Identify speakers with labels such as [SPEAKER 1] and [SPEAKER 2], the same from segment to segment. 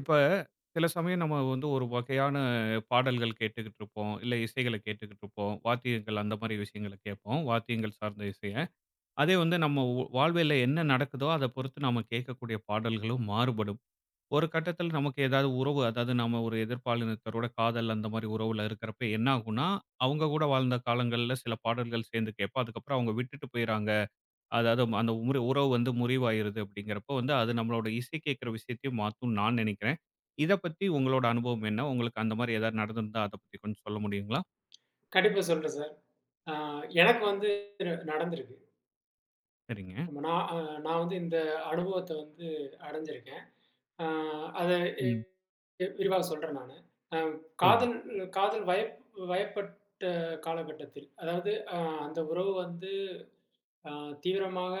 [SPEAKER 1] இப்ப சில சமயம் நம்ம வந்து ஒரு வகையான பாடல்கள் கேட்டுக்கிட்டு இருப்போம். இல்ல இசைகள கேட்டுக்கிட்டு இருப்போம். வாத்தியங்கள் அந்த மாரி விஷயங்கள கேட்போம். வாத்தியங்கள் சார்ந்த இசைய. அதே வந்து நம்ம வாழ்வியல்ல என்ன நடக்குதோ அத பொறுத்து நம்ம கேட்கக்கூடிய பாடல்களும் மாறுபடும். ஒரு கட்டத்தில நமக்கு ஏதாவது உறவு அதாவது நம்ம ஒரு எதிர்ப்பாலினத்தரோட காதல் அந்த மாரி உறவுல இருக்கிறப்ப என்ன ஆகும்னா, அவங்க கூட வாழ்ந்த காலங்கள்ல சில பாடல்கள் சேர்ந்து கேட்போம். அதுக்கப்புறம் அவங்க விட்டுட்டு போயிறாங்க. அதாவது அந்த முறி உறவு வந்து முறிவாயிருது அப்படிங்கிறப்போ வந்து அது நம்மளோட இசை கேட்குற விஷயத்தையும் மாத்தும்னு நான் நினைக்கிறேன். இத பத்தி உங்களோட அனுபவம் என்ன? உங்களுக்கு அந்த மாரி ஏதாவது நடந்திருந்தா அத பத்தி கொஞ்சம் சொல்ல முடியுங்களா?
[SPEAKER 2] கண்டிப்பா சொல்றேன் சார். ஆ எனக்கு வந்து நடந்திருக்கு.
[SPEAKER 1] சரிங்க.
[SPEAKER 2] ஆமா, நான் நான் வந்து இந்த அனுபவத்த வந்து அடைஞ்சிருக்கேன். ஆ அத எ
[SPEAKER 1] ம்.
[SPEAKER 2] எ விரிவா சொல்றேன் நானு. அ
[SPEAKER 1] சொல்லுங்க.
[SPEAKER 2] காதல் காதல் வயப்பட்ட காலகட்டத்தில், அதாவது அந்த உறவு வந்து அ தீவிரமாக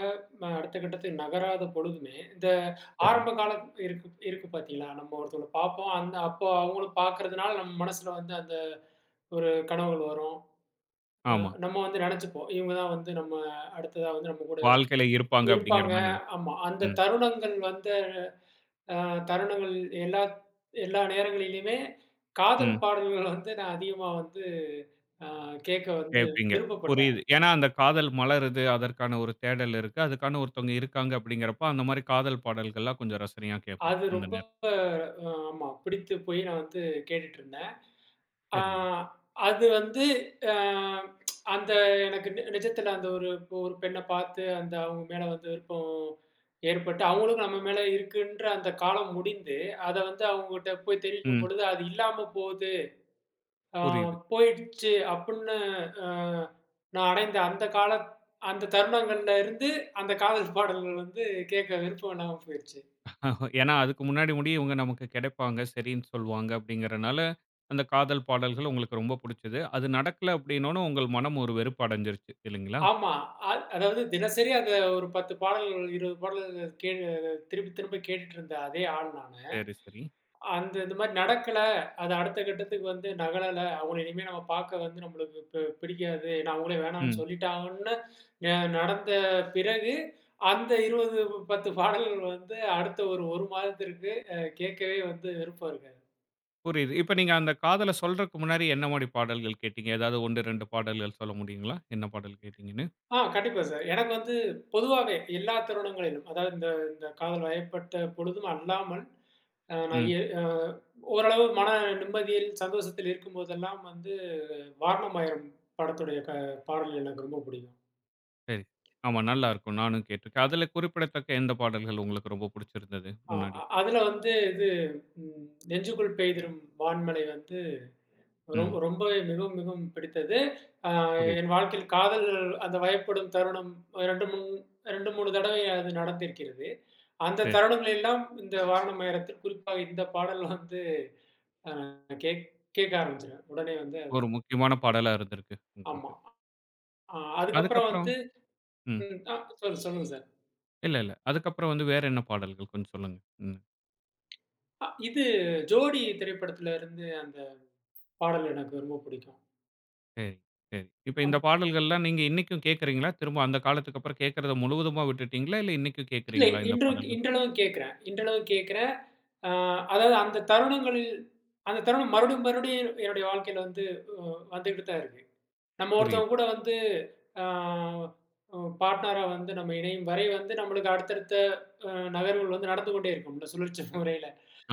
[SPEAKER 2] அடுத்த கட்டத்துக்கு நகராத பொழுதுமே, இந்த
[SPEAKER 1] சரிங்க.
[SPEAKER 2] ஆரம்ப காலம் இருக்கு இருக்கு பார்த்தீங்களா? நம்ம ஒருத்தவங்கள பார்ப்போம். அந்த அப்போ அவங்களும் பார்க்கறதுனால நம்ம மனசுல வந்து அந்த ஒரு கனவுகள் வரும். அ
[SPEAKER 1] ஆமா.
[SPEAKER 2] நம்ம வந்து நெனச்சுப்போம். இவங்க தான் வந்து நம்ம அடுத்ததா வந்து நம்ம கூட
[SPEAKER 1] வாழ்க்கையில இருப்பாங்க அப்படிங்கிற
[SPEAKER 2] இருப்பாங்க.
[SPEAKER 1] மாரி நென
[SPEAKER 2] ஆமா. அந்த
[SPEAKER 1] ம்.
[SPEAKER 2] தருணங்கள் வந்த அ தருணங்கள் எல்லா எல்லா நேரங்களிலுமே
[SPEAKER 1] ம்.
[SPEAKER 2] காதல் பாடல்கள் வந்து நான் அதிகமா வந்து அ கேட்க வந்து
[SPEAKER 1] கேட்பீங்க.
[SPEAKER 2] விருப்பப்பட்டேன்.
[SPEAKER 1] புரியுது. ஏன்னா அந்த காதல் மலருது, அதற்கான ஒரு தேடல் இருக்கு. அதுக்கான ஒருத்தவங்க இருக்காங்க அப்படிங்கிறப்போ, அந்த மாரி காதல் பாடல்கள்லாம் கொஞ்சம் ரசனையா கேட்போம்
[SPEAKER 2] அது
[SPEAKER 1] அந்த
[SPEAKER 2] ரொம்ப
[SPEAKER 1] நேரம்.
[SPEAKER 2] அ ஆமா பிடித்து போய் நான் வந்து கேட்டுட்டுருந்தேன். ஆ
[SPEAKER 1] சரிங்க.
[SPEAKER 2] அது வந்து அ அந்த எனக்கு நிஜத்தில அந்த ஒரு ஒரு பெண்ண பார்த்து அந்த அவங்க மேல வந்து விருப்பம் ஏற்பட்டு, அவங்களுக்கும் நம்ம மேல இருக்குன்ற அந்த காலம் முடிந்து, அத வந்து அவங்ககிட்ட போய் தெரிவிக்கும்
[SPEAKER 1] ம்.
[SPEAKER 2] பொழுது, அது இல்லாம போது ஆ
[SPEAKER 1] புரியுது.
[SPEAKER 2] போயிடுச்சு அப்புட்ன்னு அ நான் அடைந்த அந்த கால அந்த தருணங்கள்ல இருந்து, அந்த காதல் பாடல்கள் வந்து கேட்க விருப்பம் இல்லாம போயிருச்சு.
[SPEAKER 1] ஆஹ. ஏன்னா, அதுக்கு முன்னாடி முடிய இவங்க நமக்கு கிடைப்பாங்க, சரின்னு சொல்லுவாங்க அப்படிங்கிறனால, அந்த காதல் பாடல்கள் உங்களுக்கு ரொம்ப புடிச்சது. அது நடக்கல அப்படின்னோன, உங்கள் மனம் ஒரு வெறுப்பு அடைஞ்சிருச்சு இல்லைங்களா?
[SPEAKER 2] ஆமா. அதாவது தினசரி அத ஒரு 10 பாடல்கள், 20 பாடல்கள் திருப்பி திரும்ப கேட்டுட்டு இருந்த அதே ஆள் நானு.
[SPEAKER 1] சரி, சரி.
[SPEAKER 2] அந்த இந்த மாரி நடக்கல. அது அடுத்த கட்டத்துக்கு வந்து நகலல. அவங்கள இனிமே நம்ம பார்க்க வந்து நம்மளுக்கு பிடிக்காது. நான் அவங்களே வேணான்னு
[SPEAKER 1] ம்.
[SPEAKER 2] சொல்லிட்டாங்கன்னு நடந்த பிறகு, அந்த 20, 10 பாடல்கள் வந்து அடுத்த ஒரு 1 மாதத்திற்கு கேட்கவே வந்து விருப்பம் இருக்காது.
[SPEAKER 1] புரியுது. இப்ப நீங்க அந்த காதல சொல்றக்கு முன்னாடி என்ன மாரி பாடல்கள் கேட்டீங்க? ஏதாவது 1, 2 பாடல்கள் சொல்ல முடியுங்களா? என்ன பாடல் கேட்டீங்கன்னு?
[SPEAKER 2] கண்டிப்பா சார். எனக்கு வந்து பொதுவாவே எல்லா தருணங்களிலும், அதாவது இந்த இந்த காதல் வயப்பட்ட பொழுதும் அல்லாமல், அ நான்
[SPEAKER 1] ம்.
[SPEAKER 2] எ அ ஓரளவு நிம்மதியில், சந்தோஷத்தில் இருக்கும்போதெல்லாம் வந்து, "வாரணம் ஆயிரம்" படத்துடைய பாடல் எனக்கு ரொம்ப பிடிக்கும்.
[SPEAKER 1] சரி. ஆமா நல்லாருக்கும். நானும் கேட்டுருக்கேன். அதுல குறிப்பிடத்தக்க எந்த பாடல்கள் உங்களுக்கு ரொம்ப புடிச்சிருந்தது
[SPEAKER 2] ஆ
[SPEAKER 1] முன்னாடி?
[SPEAKER 2] அ அதுல வந்து இது "நெஞ்சுக்குள் பெய்திடும் வான்மழை" வந்து
[SPEAKER 1] ம்.
[SPEAKER 2] ரொம்பவே மிகவும், மிகவும் பிடித்தது. ஆ
[SPEAKER 1] புரியுது.
[SPEAKER 2] என் வாழ்க்கையில் காதல் அந்த வயப்படும் தருணம் 2, 3 2, 3 தடவை அது நடந்திருக்கிறது. அந்த
[SPEAKER 1] சரி.
[SPEAKER 2] தருணங்கள் எல்லாம் இந்த வாரணம் நேரத்தில் குறிப்பாக இந்த பாடல் வந்து அ கேக் கேட்க ஆரம்பிச்சுருவேன். உடனே வந்து அது
[SPEAKER 1] ஒரு முக்கியமான பாடலா இருந்திருக்கு உங்களுக்கு.
[SPEAKER 2] ஆமா. அதுக்கப்புறம்
[SPEAKER 1] அதுக்கப்புறம்
[SPEAKER 2] வந்து
[SPEAKER 1] ம்.
[SPEAKER 2] ம் ஆ சொல் சொல்லுங்க சார்.
[SPEAKER 1] இல்ல, இல்ல. அதுக்கப்புறம் வந்து வேற என்ன பாடல்கள் கொஞ்சம் சொல்லுங்க. ம்.
[SPEAKER 2] இது "ஜோடி" திரைப்படத்துல இருந்து அந்த பாடல் எனக்கு ரொம்ப பிடிக்கும்.
[SPEAKER 1] சரி, சரி. இப்ப இந்த பாடல்கள்லாம் நீங்க இன்னைக்கும் கேட்கறீங்களா? திரும்ப அந்த காலத்துக்கு அப்புறம் கேட்கறத முழுவதுமா விட்டுட்டீங்களா? இல்ல இன்னைக்கும்
[SPEAKER 2] இல்ல
[SPEAKER 1] கேட்கறீங்களா இந்த
[SPEAKER 2] இன்றும்
[SPEAKER 1] பாடல்கள்?
[SPEAKER 2] இன்றளவும் கேட்கிறேன். அ அதாவது அந்த தருணங்களில் அந்த தருணம் மறுபடியும் மறுபடியும் என்னுடைய வாழ்க்கையில வந்து அ வந்துகிட்டு தான் இருக்கு. நம்ம
[SPEAKER 1] புரியுது.
[SPEAKER 2] ஒருத்தவங்க கூட வந்து அ பார்ட்னரா வந்து நம்ம இணையும் வரை வந்து நம்மளுக்கு அடுத்தடுத்த நகர்வுகள் வந்து நடந்து கொண்டே இருக்கும்ல சுழற்சி முறையில.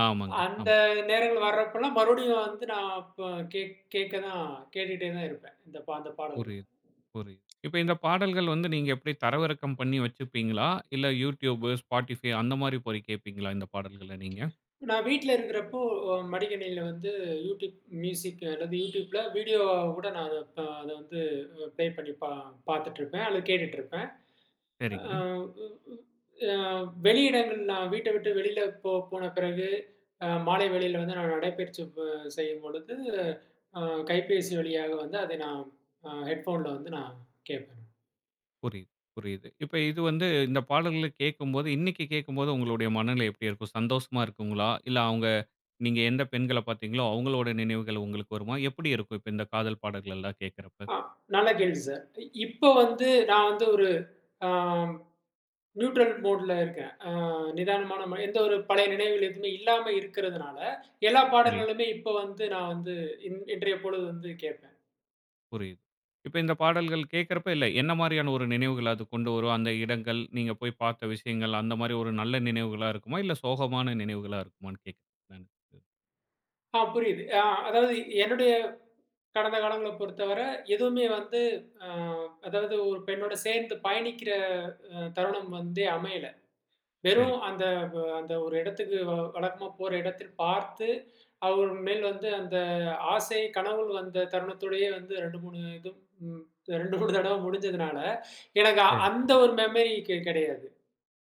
[SPEAKER 1] ஆமாங்க.
[SPEAKER 2] அந்த
[SPEAKER 1] ஆமா.
[SPEAKER 2] நேரங்கள் வர்றப்பலாம் மறுபடியும் வந்து நான் இப்ப கேட்க தான் கேட்டுட்டே தான் இருப்பேன். இந்த அந்த பாடல்கள்.
[SPEAKER 1] புரியுது, புரியுது. இப்ப இந்த பாடல்கள் வந்து நீங்க எப்படி தரவிறக்கம் பண்ணி வச்சுப்பீங்களா? இல்ல YouTube, Spotify அந்த மாரி போய் கேட்பீங்களா இந்த பாடல்கள நீங்க?
[SPEAKER 2] நான் வீட்ல இருக்கிறப்போ, மடிக்கணினியில வந்து யூடியூப் மியூசிக் அல்லது யூடியூப்ல வீடியோ கூட நான் அத வந்து ப்ளே பண்ணி பாத்துட்டுருப்பேன் அல்லது கேட்டுட்டுருப்பேன்.
[SPEAKER 1] சரிங்க.
[SPEAKER 2] அ அ வெளி இடங்கள் நான் வீட்ட விட்டு வெளியில போன பிறகு, மாலை வேளையில வந்து நான் நடைப்பயிற்சி செய்யும்பொழுது, அ கைபேசி வழியாக வந்து அதை நான் ஹெட்ஃபோன்ல வந்து நான் கேட்பேன்.
[SPEAKER 1] புரியுது, புரியுது. இப்ப இது வந்து இந்த பாடல்கள கேட்கும்போது, இன்னைக்கு கேட்கும்போது உங்களுடைய மனநிலை எப்படி இருக்கும்? சந்தோஷமா இருக்குங்களா? இல்ல அவங்க நீங்க எந்த பெண்கள பார்த்தீங்களோ, அவங்களோட நினைவுகள் உங்களுக்கு வருமா? எப்படி இருக்கும் இப்ப இந்த காதல் பாடல்கள் எல்லாம் கேட்கிறப்ப?
[SPEAKER 2] அ நல்ல கேள்வி சார். இப்போ வந்து நான் வந்து ஒரு ஆ நியூட்ரல் மோட்ல இருக்கேன். நிதானமான எந்த ஒரு பழைய நினைவுகள் எதுவுமே இல்லாம இருக்கிறதுனால, எல்லா
[SPEAKER 1] சரி,
[SPEAKER 2] பாடல்களுமே இப்ப வந்து நான் வந்து இன்றைய பொழுது வந்து கேட்பேன்.
[SPEAKER 1] புரியுது. இப்ப இந்த பாடல்கள் கேட்கிறப்ப இல்ல, என்ன மாரியான ஒரு நினைவுகள அது கொண்டு வரும்? அந்த இடங்கள், நீங்க போய் பார்த்த விஷயங்கள், அந்த மாரி ஒரு நல்ல நினைவுகளா இருக்குமா? இல்ல சோகமான நினைவுகளா இருக்குமான்னு கேட்கிறேன் நானு. சரி,
[SPEAKER 2] புரியுது. அதாவது என்னுடைய கடந்த காலங்கள பொறுத்தவர எதுவுமே வந்து அ அதாவது ஒரு பெண்ணோட சேர்ந்து பயணிக்கிற தருணம் வந்து அமையல.
[SPEAKER 1] சரி.
[SPEAKER 2] வெறும் அந்த அந்த ஒரு இடத்துக்கு வழக்கமா போற இடத்தில் பார்த்து, அவர் மேல் வந்து அந்த ஆசை, கனவுள் வந்த தருணத்தோடயே வந்து 2, 3 இது ம் 2, 3 தடவ முடிஞ்சதுனால, எனக்கு அந்த ஒரு மெமரி கிடையாது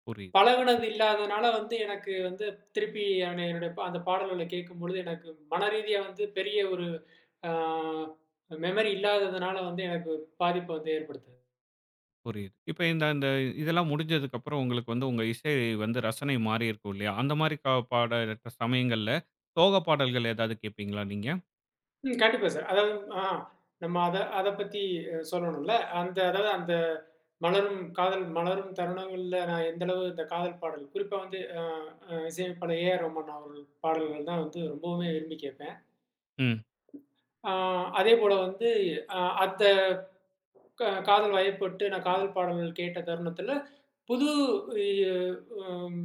[SPEAKER 1] புரியுது.
[SPEAKER 2] பழகுனது இல்லாதனால வந்து எனக்கு வந்து திருப்பி அவனை என்னுடைய அந்த பாடல்களை கேட்கும் பொழுது எனக்கு மன ரீதியா வந்து பெரிய ஒரு மெமரி இல்லாததுனால வந்து எனக்கு பாதிப்பு வந்து ஏற்படுத்துது
[SPEAKER 1] புரியுது. இப்ப இந்த இந்த இதெல்லாம் முடிஞ்சதுக்கு அப்புறம் உங்களுக்கு வந்து உங்க இசை வந்து ரசனை மாறி இருக்கும் இல்லையா? அந்த மாரி க பாடுற சமயங்கள்ல சோக பாடல்கள் ஏதாவது கேட்பீங்களா நீங்க?
[SPEAKER 2] கண்டிப்பா சார் அதாவது ஆ நம்ம அதை அதை பத்தி சொல்லணும்ல அந்த அதாவது அந்த மலரும் தருணங்கள்ல நான் எந்த அளவு இந்த காதல் பாடல் குறிப்பா வந்து இசையமைப்பாளர் ஏ ஆர் ரஹ்மான் அவர்கள் பாடல்கள் தான் வந்து ரொம்பவுமே விரும்பி கேட்பேன்.
[SPEAKER 1] ம்,
[SPEAKER 2] அதே போல வந்து அந்த காதல் வயப்பட்டு நான் காதல் பாடல்கள் கேட்ட தருணத்தில, புது இ அம்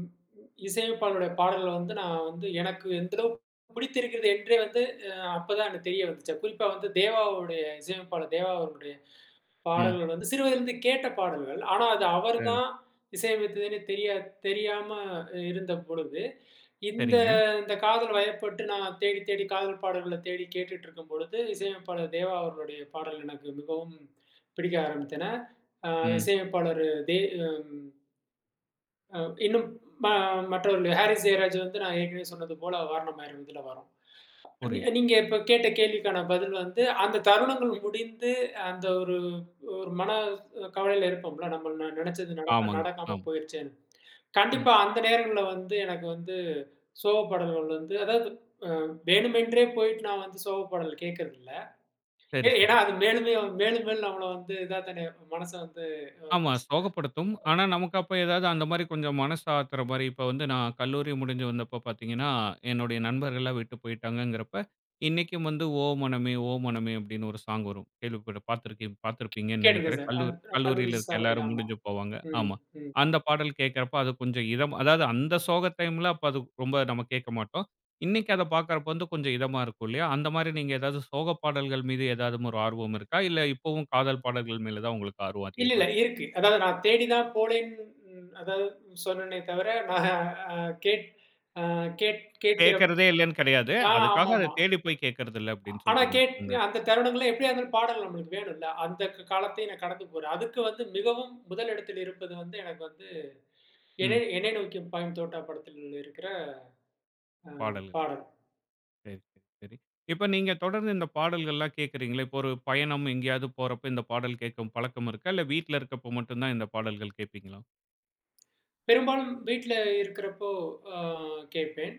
[SPEAKER 2] இசையமைப்பாளருடைய பாடல்கள வந்து நான் வந்து எனக்கு எந்த அளவு பிடித்திருக்கிறது என்றே வந்து அப்பதான் எனக்கு தெரிய வந்துச்சு. குறிப்பா வந்து தேவாவுடைய இசையமைப்பாளர் தேவா அவர்களுடைய
[SPEAKER 1] ம்.
[SPEAKER 2] பாடல்கள் வந்து சிறு வயதிலிருந்து கேட்ட பாடல்கள். ஆனா அது
[SPEAKER 1] சரி,
[SPEAKER 2] அவர்தான் இசையமைத்ததுன்னு தெரியாம இருந்த பொழுது, இந்த
[SPEAKER 1] சரிங்க.
[SPEAKER 2] இந்த காதல் வயப்பட்டு நான் தேடி தேடி காதல் பாடல்கள தேடி கேட்டுட்டு இருக்கும் பொழுது, இசையமைப்பாளர் தேவா அவர்களுடைய பாடல் எனக்கு மிகவும் பிடிக்க ஆரம்பித்தன. அ
[SPEAKER 1] ம்.
[SPEAKER 2] இசையமைப்பாளர் தே ம் அ இன்னும் ம மற்றவர்கள் ஹாரிஸ் ஜெயராஜ் வந்து நான் ஏற்கனவே சொன்னது போல "வாரணம் 1000" இதுல வரும்.
[SPEAKER 1] புரியுது.
[SPEAKER 2] நீங்க இப்ப கேட்ட கேள்விக்கான பதில் வந்து, அந்த தருணங்கள் முடிந்து அந்த ஒரு ஒரு மன கவலையில இருப்போம்ல, நம்ம நெனச்சது நடக்க
[SPEAKER 1] ஆமாங்க.
[SPEAKER 2] நடக்காம
[SPEAKER 1] ஆமா.
[SPEAKER 2] போயிருச்சேன்னு.
[SPEAKER 1] ம்.
[SPEAKER 2] கண்டிப்பா அந்த நேரங்கள்ல வந்து எனக்கு வந்து சோக பாடல்கள் வந்து அதாவது அ வேணுமென்றே போயிட்டு நான் வந்து சோக பாடல் கேட்கறதில்ல.
[SPEAKER 1] சரி, சரி.
[SPEAKER 2] ஏன்னா அது மேலுமே மேலும் மேலும் நம்மள வந்து இதா தானே மனச வந்து அ
[SPEAKER 1] ஆமா. சோகப்படுத்தும். ஆனா, நமக்கு அப்ப ஏதாவது அந்த மாரி கொஞ்சம் மனசு ஆத்துற மாரி, இப்ப வந்து நான் கல்லூரி முடிஞ்சு வந்தப்ப பாத்தீங்கன்னா, என்னுடைய நண்பர்கள்லாம் விட்டு போயிட்டாங்கங்கிறப்ப, இன்னைக்கும் வந்து "ஓ மனமே, ஓ மனமே" அப்படின்னு ஒரு சாங் வரும். கேள்விப்பட்டு பாத்துருப்பீங்கன்னு
[SPEAKER 2] கேட்டிருக்கேன்
[SPEAKER 1] நெனைக்கிறேன்.
[SPEAKER 2] சார்.
[SPEAKER 1] கல்லூரி
[SPEAKER 2] அது கல்லூரி
[SPEAKER 1] கல்லூரியில இருக்க
[SPEAKER 2] சாலையில
[SPEAKER 1] எல்லாரும்
[SPEAKER 2] ஆமா.
[SPEAKER 1] முடிஞ்சு போவாங்க.
[SPEAKER 2] ம்,
[SPEAKER 1] ஆமா.
[SPEAKER 2] ம்.
[SPEAKER 1] அந்த பாடல் கேட்கிறப்ப அது கொஞ்சம் இதம் அதாவது அந்த சோக டைம்ல அப்ப அது ரொம்ப நம்ம கேட்க மாட்டோம். இன்னைக்கு அத பாக்குறப்ப வந்து கொஞ்சம் இதமா இருக்கும் இல்லையா? அந்த மாரி நீங்க ஏதாவது சோக பாடல்கள் மீது ஏதாவது ஒரு ஆர்வம் இருக்கா? இல்ல இப்பவும் காதல் பாடல்கள் மேல தான் உங்களுக்கு ஆர்வம்
[SPEAKER 2] இல்ல,
[SPEAKER 1] அதிகமா
[SPEAKER 2] இல்ல
[SPEAKER 1] இருக்கா?
[SPEAKER 2] இருக்கு. அதாவது நான் தேடி தான் போலேன்னு அதாவது சொன்னேனே தவிர, நான் அ கேட் அ கேட் கேட்கிற
[SPEAKER 1] கேட்கிறதே இல்லன்னு கிடையாது. அதுக்காக அத
[SPEAKER 2] ஆமாமா.
[SPEAKER 1] தேடி போய் கேட்கிறது இல்ல அப்படின்னு
[SPEAKER 2] ஆனா
[SPEAKER 1] சொல்றீங்க. அந்த
[SPEAKER 2] அந்த தருணங்கள்ல எப்படியா இருந்தாலும் பாடல் நம்மளுக்கு வேணும்ல. அந்த காலத்தையும் நான் கடந்து போறேன். அதுக்கு வந்து மிகவும் முதல் இடத்தில் இருப்பது வந்து எனக்கு வந்து
[SPEAKER 1] ம்.
[SPEAKER 2] என்னை என்னை நோக்கி பாயும் தோட்டா படத்தில் இருக்கிற அ
[SPEAKER 1] பாடல்.
[SPEAKER 2] பாடல்.
[SPEAKER 1] சரி, சரி, சரி. இப்ப நீங்க தொடர்ந்து இந்த பாடல்கள்லாம் கேட்கிறீங்களே, இப்போ ஒரு பயணம் எங்கேயாவது போறப்ப இந்த பாடல் கேட்கும் பழக்கம் இருக்கா? இல்ல வீட்ல இருக்கப்ப மட்டும் தான் இந்த பாடல்கள் கேட்பீங்களா?
[SPEAKER 2] பெரும்பாலும் வீட்ல இருக்கிறப்போ அ கேட்பேன்.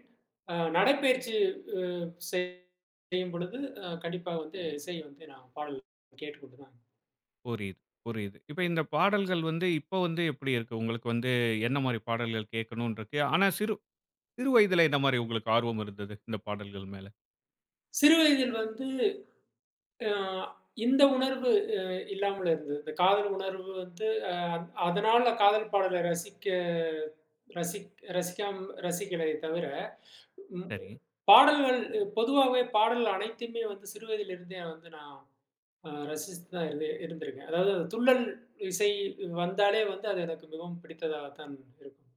[SPEAKER 2] நடைப்பயிற்சி செய்- செய்யும் பொழுது கண்டிப்பா வந்து இசை வந்து நான் பாடல் கேட்டுக்கொண்டு தான்
[SPEAKER 1] புரியுது, புரியுது. இப்ப இந்த பாடல்கள் வந்து இப்ப வந்து எப்படி இருக்கு? உங்களுக்கு வந்து என்ன மாரி பாடல்கள் கேட்கணும்னு இருக்கு? ஆனா சிறு சிறு வயதில என்ன மாரி உங்களுக்கு ஆர்வம் இருந்தது இந்த பாடல்கள் மேல?
[SPEAKER 2] சிறு வயதில் வந்து அ இந்த உணர்வு அ இல்லாமல் இருந்தது. இந்த காதல் உணர்வு வந்து அதனால காதல் பாடல ரசிக் ரசிக்காம ரசிக்கலை தவிர, ம்
[SPEAKER 1] சரி.
[SPEAKER 2] பாடல்கள் பொதுவாவே பாடல் அனைத்துமே வந்து சிறு வயதிலிருந்தே வந்து நான் ரசித்து தான் இருந்திருக்கேன். அதாவது அது துள்ளல் இசை வந்தாலே வந்து அது எனக்கு மிகவும் பிடித்ததா தான் இருக்கும்.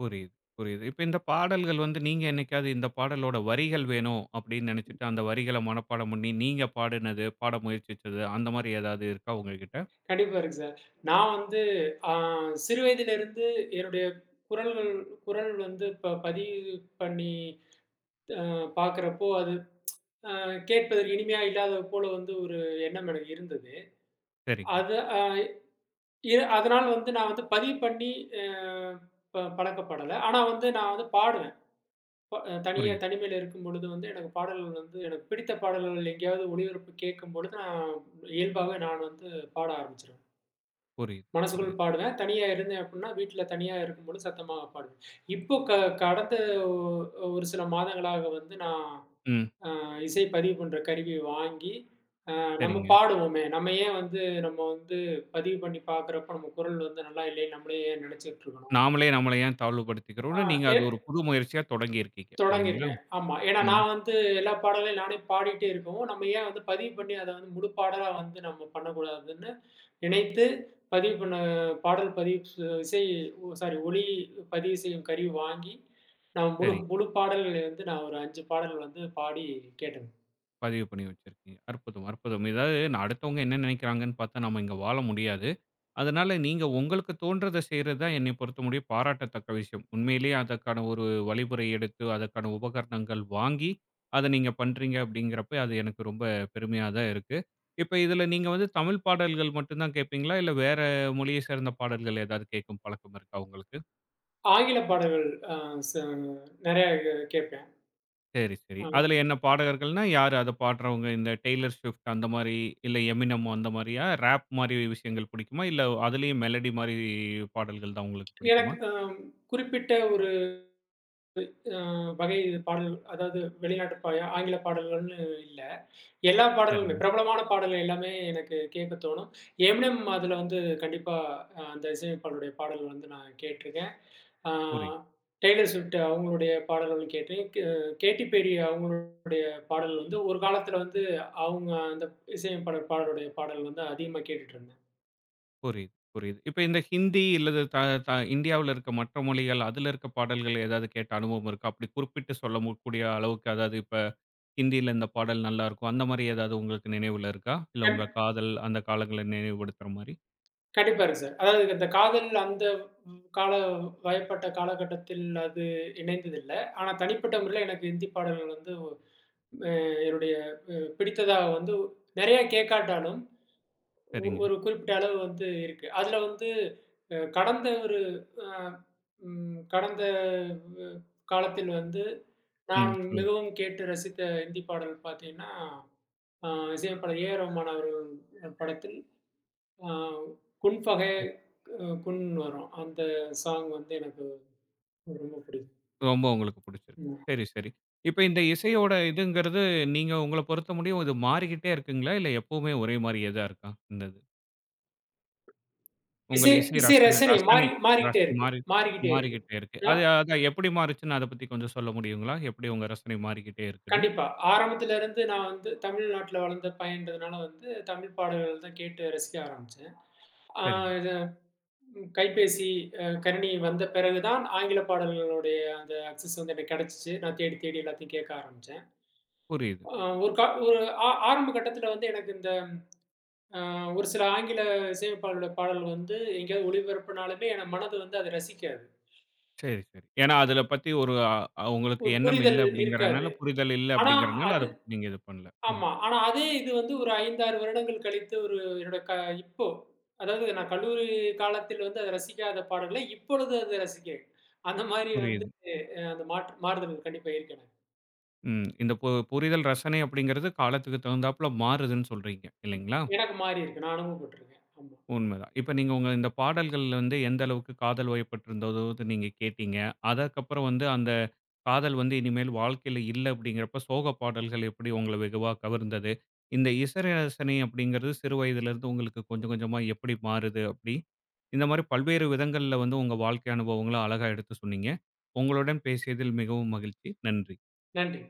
[SPEAKER 1] புரியுது, புரியுது. இப்ப இந்த பாடல்கள் வந்து நீங்க என்னைக்காவது இந்த பாடலோட வரிகள் வேணும் அப்படின்னு நினைச்சுட்டு, அந்த வரிகள மனப்பாடம் பண்ணி நீங்க பாடுனது, பாட முயற்சிச்சது அந்த மாரி ஏதாவது இருக்கா உங்ககிட்ட?
[SPEAKER 2] கண்டிப்பா இருக்கு சார். நான் வந்து ஆ சிறு வயதிலிருந்து என்னுடைய குரல்கள் குரல் வந்து பதிவு பண்ணி பார்க்கிறப்போ, அது அ கேட்பதற்கு இனிமையா இல்லாதது போல வந்து ஒரு எண்ணம் எனக்கு இருந்தது.
[SPEAKER 1] சரிங்க.
[SPEAKER 2] அது அ இ அதனால வந்து நான் வந்து பதிவு பண்ணி அ ப பழக்கப்படல. ஆனா வந்து நான் வந்து பாடுவேன். ப தனியா
[SPEAKER 1] புரியுது,
[SPEAKER 2] தனிமையில இருக்கும் பொழுது வந்து, எனக்கு பாடல்கள் வந்து எனக்கு பிடித்த பாடல்கள் எங்கேயாவது ஒளிபரப்பு கேட்கும்பொழுது, இயல்பாவே நான் வந்து பாட ஆரம்பிச்சுருவேன்.
[SPEAKER 1] புரியுது,
[SPEAKER 2] மனசுக்குள்
[SPEAKER 1] புரியுது.
[SPEAKER 2] பாடுவேன். தனியா இருந்தேன் அப்டின்னா, வீட்ல தனியா இருக்கும்பொழுது சத்தமா பாடுவேன். இப்போ கடந்த ஒ ஒரு சில மாதங்களாக வந்து நான்
[SPEAKER 1] ம்.
[SPEAKER 2] அ இசை பதிவு பண்ற கருவி வாங்கி, அ நம்ம
[SPEAKER 1] சரிங்க.
[SPEAKER 2] பாடுவோமே, நம்ம ஏன் வந்து நம்ம வந்து பதிவு பண்ணி பார்க்குறப்போ நம்ம குரல் வந்து நல்லா இல்லைன்னு நம்மளே ஏன் நெனச்சுட்டு இருக்கணும்?
[SPEAKER 1] நாமளே நம்மள ஏன்
[SPEAKER 2] ஆ
[SPEAKER 1] தாழ்வுபடுத்திக்கிறோம்னு நீங்க
[SPEAKER 2] எ
[SPEAKER 1] அது ஒரு புது முயற்சியா தொடங்கியிருக்கீங்க. இல்லைங்களா?
[SPEAKER 2] தொடங்கியிருக்கேன். ஆமா. ஏன்னா
[SPEAKER 1] ம்.
[SPEAKER 2] நான் வந்து எல்லா பாடலையும் நானே பாடிட்டே இருக்கவும், நம்ம ஏன் வந்து பதிவு பண்ணி அத வந்து முழுப்பாடலா வந்து நம்ம பண்ணக்கூடாதுன்னு நினைத்து, பதிவு பண்ண பாடல் பதிவு சு இசை ஒ சாரி ஒலி பதிவு செய்யும் கருவி வாங்கி, நான் முழு
[SPEAKER 1] சரி.
[SPEAKER 2] முழு பாடல்கள வந்து நான் ஒரு 5 பாடல்கள் வந்து பாடி கேட்டேன்.
[SPEAKER 1] பதிவு பண்ணி வச்சிருக்கீங்க. அற்புதம், அற்புதம். இதாவது நான் அடுத்தவங்க என்ன நினைக்கிறாங்கன்னு பார்த்தா நம்ம இங்க வாழ முடியாது. அதனால நீங்க உங்களுக்கு தோன்றத செய்றது தான் என்னை பொறுத்த முடியும் பாராட்டத்தக்க விஷயம். உண்மையிலேயே அதற்கான ஒரு வழிமுறை எடுத்து, அதற்கான உபகரணங்கள் வாங்கி, அத நீங்க பண்றீங்க அப்படிங்கிறப்ப, அது எனக்கு ரொம்ப பெருமையா தான் இருக்கு. இப்ப இதுல நீங்க வந்து தமிழ் பாடல்கள் மட்டும் தான் கேட்பீங்களா? இல்ல வேற மொழியை சேர்ந்த பாடல்கள் ஏதாவது கேட்கும் பழக்கம் இருக்கா உங்களுக்கு?
[SPEAKER 2] ஆங்கில பாடல்கள் அ ச நெறைய கேட்பேன்.
[SPEAKER 1] சரி, சரி.
[SPEAKER 2] ஆமா.
[SPEAKER 1] அதுல என்ன பாடகர்கள்னா யாரு அத பாடுறவங்க? இந்த டெய்லர் ஸ்விஃப்ட் அந்த மாரி, இல்ல எமினம் அந்த மாரியா? ராப் மாரி விஷயங்கள் பிடிக்குமா? இல்ல அதுலயும் மெலடி மாரி பாடல்கள் தான் உங்களுக்கு பிடிக்குமா?
[SPEAKER 2] எனக்கு குறிப்பிட்ட ஒரு அ வகை பாடல் அதாவது வெளிநாட்டு ஆங்கில பாடல்கள்னு இல்ல. எல்லா பாடலுமே,
[SPEAKER 1] சரிங்க.
[SPEAKER 2] பிரபலமான பாடல்கள் எல்லாமே எனக்கு கேட்க தோணும். எம்inem அதுல வந்து கண்டிப்பா அந்த இசையமைப்பாளருடைய பாடல் வந்து நான் கேட்டுருக்கேன். ஆ
[SPEAKER 1] புரியுது.
[SPEAKER 2] டெய்லர் ஸ்விஃப்ட் அவங்களுடைய பாடல்களும் கேட்டுருக்கேன். கேட்டி பெர்ரி அவங்களுடைய பாடல் வந்து ஒரு காலத்துல வந்து அவங்க அந்த இசையமைப்பாளர் பாடலுடைய பாடல் வந்து அதிகமா கேட்டுட்டுருந்தேன்.
[SPEAKER 1] புரியுது, புரியுது. இப்ப இந்த ஹிந்தி இல்லது த த இந்தியாவுல இருக்க மற்ற மொழிகள், அதுல இருக்க பாடல்கள் ஏதாவது கேட்ட அனுபவம் இருக்கா? அப்படி குறிப்பிட்டு சொல்ல மு கூடிய அளவுக்கு அதாவது இப்ப ஹிந்தியில இந்த பாடல் நல்லாருக்கும். அந்த மாரி ஏதாவது உங்களுக்கு நினைவுல இருக்கா? இல்ல
[SPEAKER 2] கண்
[SPEAKER 1] உங்க காதல் அந்த காலங்கள நினைவுபடுத்துற மாரி?
[SPEAKER 2] கண்டிப்பா இருக்கு சார். அதாவது அந்த காதல் அந்த கால வயப்பட்ட காலகட்டத்தில் அது இணைந்ததில்ல. ஆனா தனிப்பட்ட முறையில எனக்கு ஹிந்தி பாடல்கள் வந்து என்னுடைய பிடித்ததா வந்து நெறைய கேட்காட்டாலும்,
[SPEAKER 1] சரிங்க.
[SPEAKER 2] ஒரு குறிப்பிட்ட அளவு வந்து இருக்கு. அதுல வந்து அ கடந்த ஒரு அ ம் கடந்த அ காலத்தில் வந்து
[SPEAKER 1] ம்.
[SPEAKER 2] நான்
[SPEAKER 1] சொல்லுங்க.
[SPEAKER 2] மிகவும் கேட்டு ரசித்த ஹிந்தி பாடல் பார்த்தீங்கன்னா, அ இசையமைப்பாளர் ஏ ஆர் ரகுமான் அவர்கள் படத்தில் அ "குன் ஃபகே குன்" வரும். அந்த சாங் வந்து எனக்கு ரொம்ப பிடிக்கும்.
[SPEAKER 1] ரொம்ப உங்களுக்கு புடிச்சிருக்கு.
[SPEAKER 2] ம்.
[SPEAKER 1] சரி, சரி. இப்ப இந்த இசையோட இதுங்கிறது, நீங்க உங்கள பொறுத்த முடியும் இது மாறிக்கிட்டே இருக்குங்களா? இல்ல எப்பவுமே ஒரே மாரியே தான் இருக்கா? இந்த இது. உங்கள்
[SPEAKER 2] இசை
[SPEAKER 1] இசை
[SPEAKER 2] இசை
[SPEAKER 1] ரசனை
[SPEAKER 2] ரசனை
[SPEAKER 1] ரசனை
[SPEAKER 2] மாறி
[SPEAKER 1] ரச மாறி
[SPEAKER 2] மாறிக்கிட்டே இருக்கு.
[SPEAKER 1] மாறிக்கிட்டே இருக்கு.
[SPEAKER 2] அ
[SPEAKER 1] அது அதான் எப்படி மாறுச்சுன்னு அத பத்தி கொஞ்சம் சொல்ல முடியுங்களா? எப்படி உங்க ரசனை மாறிக்கிட்டே இருக்குன்னு?
[SPEAKER 2] கண்டிப்பா. ஆரம்பத்துல இருந்து நான் வந்து தமிழ்நாட்டுல வளர்ந்த பையன்றதுனால வந்து, தமிழ் பாடல்கள் தான் கேட்டு ரசிக்க ஆரம்பிச்சேன். ஆ
[SPEAKER 1] சரிங்க.
[SPEAKER 2] இது கைபேசி கணினி வந்த பிறகு தான் ஆங்கில பாடல்களுடைய அந்த அக்சஸ் வந்து எனக்கு கிடைச்சுச்சு. நான் தேடி, தேடி எல்லாத்தையும் கேட்க ஆரம்பிச்சேன்.
[SPEAKER 1] புரியுது.
[SPEAKER 2] அ ஒரு கா ஒரு ஆரம்ப கட்டத்துல வந்து எனக்கு இந்த அ ஒரு சில ஆங்கில இசையமைப்பாளரோட பாடல் வந்து எங்கேயாவது ஒளிபரப்புனாலுமே, என் மனது வந்து அத ரசிக்காது.
[SPEAKER 1] சரி, சரி. ஏன்னா அதுல பத்தி ஒரு அ அ, உங்களுக்கு
[SPEAKER 2] ஒரு
[SPEAKER 1] எண்ணம்
[SPEAKER 2] புரிதல்
[SPEAKER 1] இல்ல
[SPEAKER 2] இருக்காது.
[SPEAKER 1] அப்படிங்கிறனால, புரிதல் இல்ல
[SPEAKER 2] ஆனா
[SPEAKER 1] அப்படிங்கிறனால அத
[SPEAKER 2] அது
[SPEAKER 1] பத்தி நீங்க இது பண்ணல. ம்.
[SPEAKER 2] ஆமா. ஆனா அதே இது வந்து ஒரு 5, 6 வருடங்கள் கழித்து ஒரு என்னோட க இப்போ, அதாவது நான் கல்லூரி காலத்தில் வந்து அத ரசிக்காத பாடல்கள, இப்பொழுது அத ரசிக்கிறேன். அந்த மாரி வந்து
[SPEAKER 1] புரியுது.
[SPEAKER 2] அ அந்த மாறுதல் கண்டிப்பா இருக்கு எனக்கு.
[SPEAKER 1] ம். இந்த புரிதல் ரசனை அப்படிங்கிறது காலத்துக்கு தகுந்தாப்புல மாறுதுன்னு சொல்றீங்க இல்லைங்களா?
[SPEAKER 2] எனக்கு மாறியிருக்கு. நான் அனுபவப்பட்டுருக்கேன். ஆமா.
[SPEAKER 1] உண்மைதான். இப்ப நீங்க உங்க இந்த பாடல்கள்ல வந்து எந்த அளவுக்கு காதல் வயப்பட்டிருந்ததோ வந்து நீங்க கேட்டீங்க. அதற்கப்புறம் வந்து அந்த காதல் வந்து இனிமேல் வாழ்க்கையில இல்ல அப்படிங்கிறப்ப சோக பாடல்கள் எப்படி உங்கள வெகுவா கவர்ந்தது? இந்த இசையரசனை அப்படிங்கிறது சிறு வயதிலிருந்து உங்களுக்கு கொஞ்சம் கொஞ்சமா எப்படி மாறுது அப்படி? இந்த மாரி பல்வேறு விதங்கள்ல வந்து உங்க வாழ்க்கை அனுபவங்கள அழகா எடுத்து சொன்னீங்க. உங்களுடன் பேசியதில் மிகவும் மகிழ்ச்சி. நன்றி.
[SPEAKER 2] நன்றி.